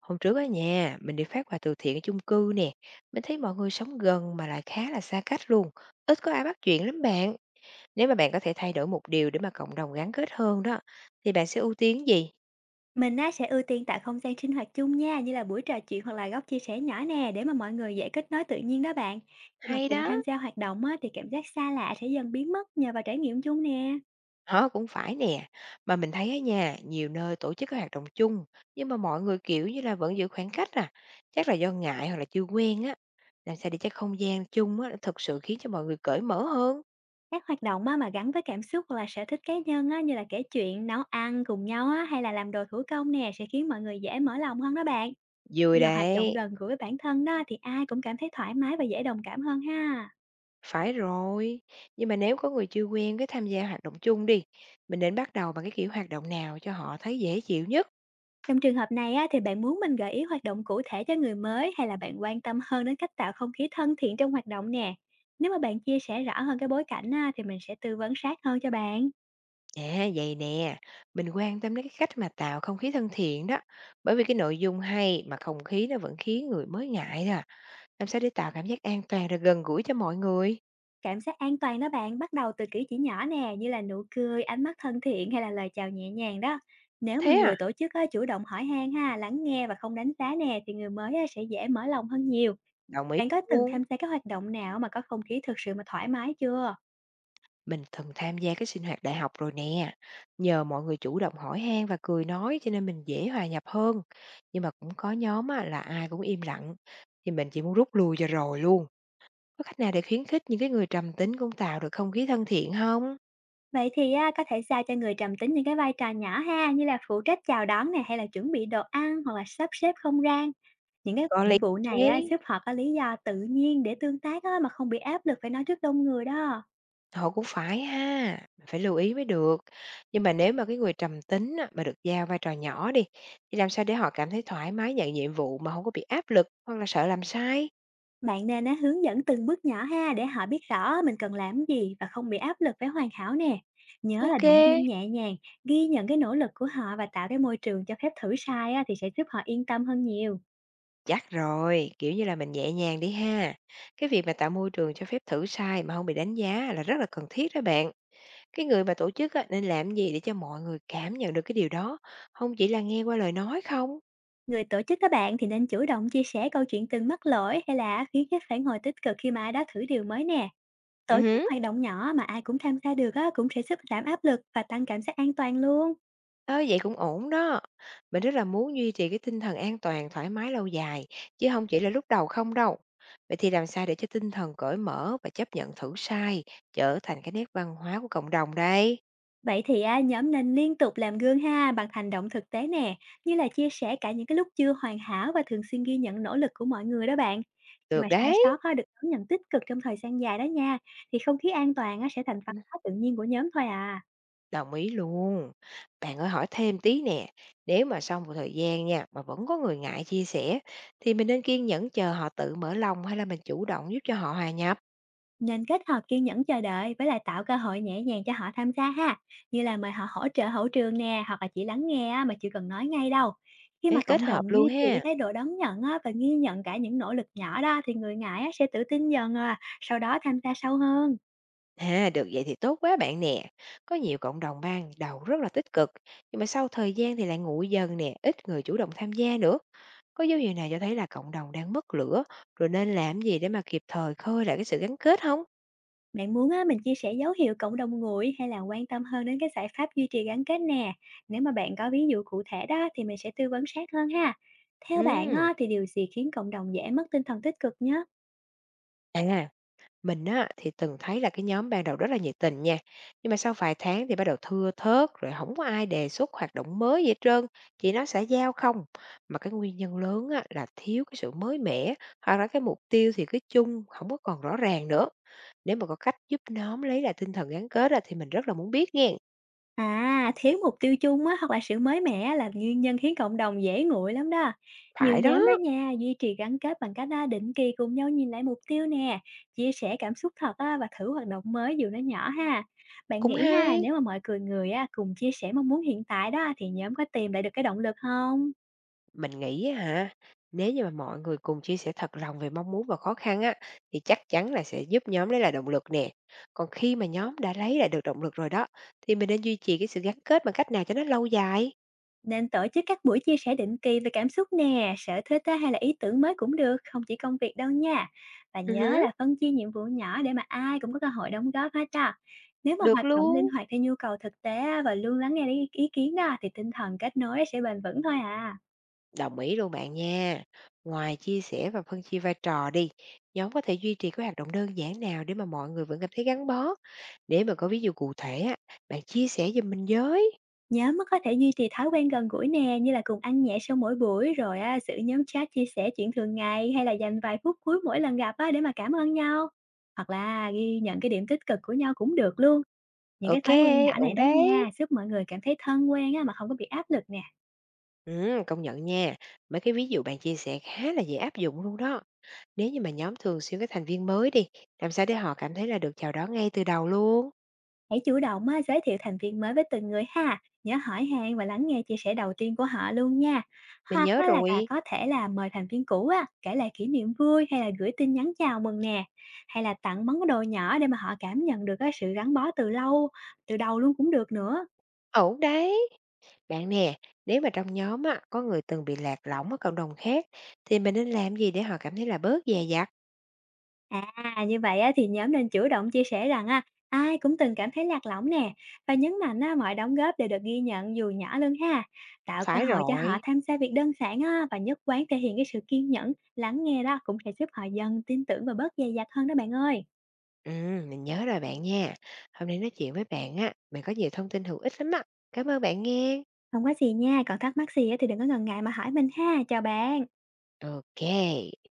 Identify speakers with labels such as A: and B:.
A: Hôm trước ở nhà, mình đi phát quà từ thiện ở chung cư nè. Mình thấy mọi người sống gần mà lại khá là xa cách luôn. Ít có ai bắt chuyện lắm bạn. Nếu mà bạn có thể thay đổi một điều để mà cộng đồng gắn kết hơn đó, thì bạn sẽ ưu tiên gì?
B: Mình á, sẽ ưu tiên tạo không gian sinh hoạt chung nha, như là buổi trò chuyện hoặc là góc chia sẻ nhỏ nè, để mà mọi người dễ kết nối tự nhiên đó bạn. Khi mà
A: Hay
B: cùng
A: đó.
B: tham gia hoạt động á, thì cảm giác xa lạ sẽ dần biến mất nhờ vào trải nghiệm chung nè.
A: Hả, cũng phải nè. Mà mình thấy ở nhà, nhiều nơi tổ chức các hoạt động chung, nhưng mà mọi người kiểu như là vẫn giữ khoảng cách à. Chắc là do ngại hoặc là chưa quen á. Làm sao để cho không gian chung á, nó thực sự khiến cho mọi người cởi mở hơn.
B: Các hoạt động á, mà gắn với cảm xúc hoặc là sở thích cá nhân á, như là kể chuyện, nấu ăn cùng nhau á, hay là làm đồ thủ công nè sẽ khiến mọi người dễ mở lòng hơn đó bạn. Khi
A: Vui
B: mà hoạt động
A: đấy.
B: gần gũi với bản thân đó thì ai cũng cảm thấy thoải mái và dễ đồng cảm hơn ha.
A: Phải rồi, nhưng mà nếu có người chưa quen cái tham gia hoạt động chung đi, mình nên bắt đầu bằng cái kiểu hoạt động nào cho họ thấy dễ chịu nhất.
B: Trong trường hợp này á, thì bạn muốn mình gợi ý hoạt động cụ thể cho người mới, hay là bạn quan tâm hơn đến cách tạo không khí thân thiện trong hoạt động nè? Nếu mà bạn chia sẻ rõ hơn cái bối cảnh á, thì mình sẽ tư vấn sát hơn cho bạn.
A: À, vậy nè, mình quan tâm đến cái cách mà tạo không khí thân thiện đó, bởi vì cái nội dung hay mà không khí nó vẫn khiến người mới ngại nè, làm sao để tạo cảm giác an toàn rồi gần gũi cho mọi người.
B: Cảm giác an toàn đó bạn, bắt đầu từ cử chỉ nhỏ nè, như là nụ cười, ánh mắt thân thiện hay là lời chào nhẹ nhàng đó. Nếu mà
A: Thế
B: người
A: à,
B: tổ chức á, chủ động hỏi han ha, lắng nghe và không đánh giá nè, thì người mới á, sẽ dễ mở lòng hơn nhiều.
A: đồng ý
B: Bạn có từng
A: luôn.
B: tham gia các hoạt động nào mà có không khí thực sự mà thoải mái chưa?
A: Mình từng tham gia cái sinh hoạt đại học rồi nè. Nhờ mọi người chủ động hỏi han và cười nói cho nên mình dễ hòa nhập hơn. Nhưng mà cũng có nhóm á, là ai cũng im lặng. Thì mình chỉ muốn rút lui cho rồi luôn. Có cách nào để khuyến khích những cái người trầm tính cũng tạo được không khí thân thiện không?
B: Vậy thì á, có thể giao cho người trầm tính những cái vai trò nhỏ ha, như là phụ trách chào đón này, hay là chuẩn bị đồ ăn, hoặc là sắp xếp không gian. Những cái
A: Có
B: nhiệm
A: lý
B: vụ này á,
A: thế.
B: giúp họ có lý do tự nhiên để tương tác á, mà không bị áp lực phải nói trước đông người đó.
A: Họ cũng phải ha. Mình phải lưu ý mới được. Nhưng mà nếu mà cái người trầm tính á, mà được giao vai trò nhỏ đi. Thì làm sao để họ cảm thấy thoải mái nhận nhiệm vụ mà không có bị áp lực hoặc là sợ làm sai?
B: Bạn nên á, hướng dẫn từng bước nhỏ ha, để họ biết rõ mình cần làm gì và không bị áp lực phải hoàn hảo nè. Nhớ là
A: Ok.
B: động viên nhẹ nhàng, ghi nhận cái nỗ lực của họ và tạo cái môi trường cho phép thử sai á, thì sẽ giúp họ yên tâm hơn nhiều.
A: Chắc rồi, kiểu như là, mình nhẹ nhàng đi ha. Cái việc mà tạo môi trường cho phép thử sai mà không bị đánh giá là rất là cần thiết đó bạn. Cái người mà tổ chức á, nên làm gì để cho mọi người cảm nhận được cái điều đó, không chỉ là nghe qua lời nói không?
B: Người tổ chức các bạn thì nên chủ động chia sẻ câu chuyện từng mắc lỗi, hay là khuyến khích phản hồi tích cực khi mà ai đó thử điều mới nè. Tổ
A: Ừ
B: chức
A: hứm,
B: hoạt động nhỏ mà ai cũng tham gia được á, cũng sẽ giúp giảm áp lực và tăng cảm giác an toàn luôn.
A: ơ, vậy cũng ổn đó. Mình rất là muốn duy trì cái tinh thần an toàn, thoải mái lâu dài, chứ không chỉ là lúc đầu không đâu. Vậy thì làm sao để cho tinh thần cởi mở và chấp nhận thử sai trở thành cái nét văn hóa của cộng đồng đây?
B: Vậy thì à, nhóm nên liên tục làm gương ha, bằng hành động thực tế nè, như là chia sẻ cả những cái lúc chưa hoàn hảo và thường xuyên ghi nhận nỗ lực của mọi người đó bạn. Khi mà
A: Được
B: sai sót
A: đấy.
B: á, được đón nhận tích cực trong thời gian dài đó nha, thì không khí an toàn á, sẽ thành văn hóa tự nhiên của nhóm thôi à.
A: Đồng ý luôn. Bạn ơi hỏi thêm tí nè, nếu mà sau một thời gian nha mà vẫn có người ngại chia sẻ thì mình nên kiên nhẫn chờ họ tự mở lòng hay là mình chủ động giúp cho họ hòa nhập,
B: Nên kết hợp kiên nhẫn chờ đợi với lại tạo cơ hội nhẹ nhàng cho họ tham gia ha, như là mời họ hỗ trợ hậu trường nè, hoặc là chỉ lắng nghe á, mà chưa cần nói ngay đâu. Khi
A: Ê,
B: mà
A: kết
B: cộng
A: hợp
B: đồng
A: luôn
B: duy trì cái
A: ha.
B: thái độ đón nhận á, và ghi nhận cả những nỗ lực nhỏ đó, thì người ngại á, sẽ tự tin dần à, sau đó tham gia sâu hơn.
A: À, được vậy thì tốt quá bạn nè. Có nhiều cộng đồng ban đầu rất là tích cực, nhưng mà sau thời gian thì lại nguội dần nè, ít người chủ động tham gia nữa. Có dấu hiệu nào cho thấy là cộng đồng đang mất lửa, rồi nên làm gì để mà kịp thời khơi lại cái sự gắn kết không?
B: Bạn muốn á, mình chia sẻ dấu hiệu cộng đồng nguội, hay là quan tâm hơn đến cái giải pháp duy trì gắn kết nè? Nếu mà bạn có ví dụ cụ thể đó, thì mình sẽ tư vấn sát hơn ha. Theo bạn
A: Ừ.
B: á, thì điều gì khiến cộng đồng dễ mất tinh thần tích cực nhất?
A: À, mình á, thì từng thấy là cái nhóm ban đầu rất là nhiệt tình nha, nhưng mà sau vài tháng thì bắt đầu thưa thớt, rồi không có ai đề xuất hoạt động mới gì hết trơn, chỉ nói xã giao không. Mà cái nguyên nhân lớn á, là thiếu cái sự mới mẻ, hoặc là cái mục tiêu thì cứ chung, không có còn rõ ràng nữa. Nếu mà có cách giúp nhóm lấy lại tinh thần gắn kết á, thì mình rất là muốn biết nghe.
B: À, thiếu mục tiêu chung á, hoặc là sự mới mẻ á, là nguyên nhân khiến cộng đồng dễ nguội lắm đó. Nhiều
A: Phải
B: nhóm đó
A: đó,
B: nha, duy trì gắn kết bằng cách á, định kỳ cùng nhau nhìn lại mục tiêu nè, chia sẻ cảm xúc thật á, và thử hoạt động mới dù nó nhỏ ha. Bạn
A: cũng
B: nghĩ ha,
A: hay.
B: nếu mà mọi người người á, cùng chia sẻ mong muốn hiện tại đó, thì nhóm có tìm lại được cái động lực không?
A: Mình nghĩ á hả, nếu như mà mọi người cùng chia sẻ thật lòng về mong muốn và khó khăn á, thì chắc chắn là sẽ giúp nhóm lấy lại động lực nè. Còn khi mà nhóm đã lấy lại được động lực rồi đó, thì mình nên duy trì cái sự gắn kết bằng cách nào cho nó lâu dài?
B: Nên tổ chức các buổi chia sẻ định kỳ về cảm xúc nè, sở thích á, hay là ý tưởng mới cũng được, không chỉ công việc đâu nha. Và
A: Ừ
B: nhớ
A: hứ,
B: là phân chia nhiệm vụ nhỏ để mà ai cũng có cơ hội đóng góp hết đó. Nếu mà
A: được
B: hoạt động linh
A: luôn.
B: hoạt theo nhu cầu thực tế á, và luôn lắng nghe ý kiến đó, thì tinh thần kết nối sẽ bền vững thôi à.
A: Đồng ý luôn bạn nha. Ngoài chia sẻ và phân chia vai trò đi, nhóm có thể duy trì cái hoạt động đơn giản nào để mà mọi người vẫn cảm thấy gắn bó. Để mà có ví dụ cụ thể á, bạn chia sẻ giùm mình với.
B: Nhóm á, có thể duy trì thói quen gần gũi nè, như là cùng ăn nhẹ sau mỗi buổi rồi á, giữ nhóm chat chia sẻ chuyện thường ngày, hay là dành vài phút cuối mỗi lần gặp á, để mà cảm ơn nhau. Hoặc là ghi nhận cái điểm tích cực của nhau cũng được luôn. Những cái
A: Ok,
B: thói quen nhỏ này
A: ổn
B: đó
A: đấy.
B: nha, giúp mọi người cảm thấy thân quen á, mà không có bị áp lực nè.
A: Ừ, công nhận nha. Mấy cái ví dụ bạn chia sẻ khá là dễ áp dụng luôn đó. Nếu như mà nhóm thường xuyên các thành viên mới đi, làm sao để họ cảm thấy là được chào đón ngay từ đầu luôn?
B: Hãy chủ động á, giới thiệu thành viên mới với từng người ha. Nhớ hỏi han và lắng nghe chia sẻ đầu tiên của họ luôn nha.
A: Mình
B: Hoặc
A: nhớ
B: á, là
A: rồi.
B: có thể là mời thành viên cũ á, kể lại kỷ niệm vui, hay là gửi tin nhắn chào mừng nè. Hay là tặng món đồ nhỏ để mà họ cảm nhận được cái sự gắn bó từ lâu, từ đầu luôn cũng được nữa.
A: Ổn đấy. Bạn nè, nếu mà trong nhóm á, có người từng bị lạc lõng ở cộng đồng khác, thì mình nên làm gì để họ cảm thấy là bớt dè dặt?
B: À, như vậy á, thì nhóm nên chủ động chia sẻ rằng á, ai cũng từng cảm thấy lạc lõng nè, và nhấn mạnh á, mọi đóng góp đều được ghi nhận dù nhỏ luôn ha. Tạo cơ
A: Phải
B: hội cho họ
A: rồi.
B: tham gia việc đơn giản á, và nhất quán thể hiện cái sự kiên nhẫn, lắng nghe đó, cũng sẽ giúp họ dần tin tưởng và bớt dè dặt hơn đó bạn ơi.
A: Ừ, mình nhớ rồi bạn nha. Hôm nay nói chuyện với bạn á, mình có nhiều thông tin hữu ích lắm á. Cảm ơn bạn nghe.
B: Không có gì nha, còn thắc mắc gì á, thì đừng có ngần ngại mà hỏi mình ha. Chào bạn.
A: Ok.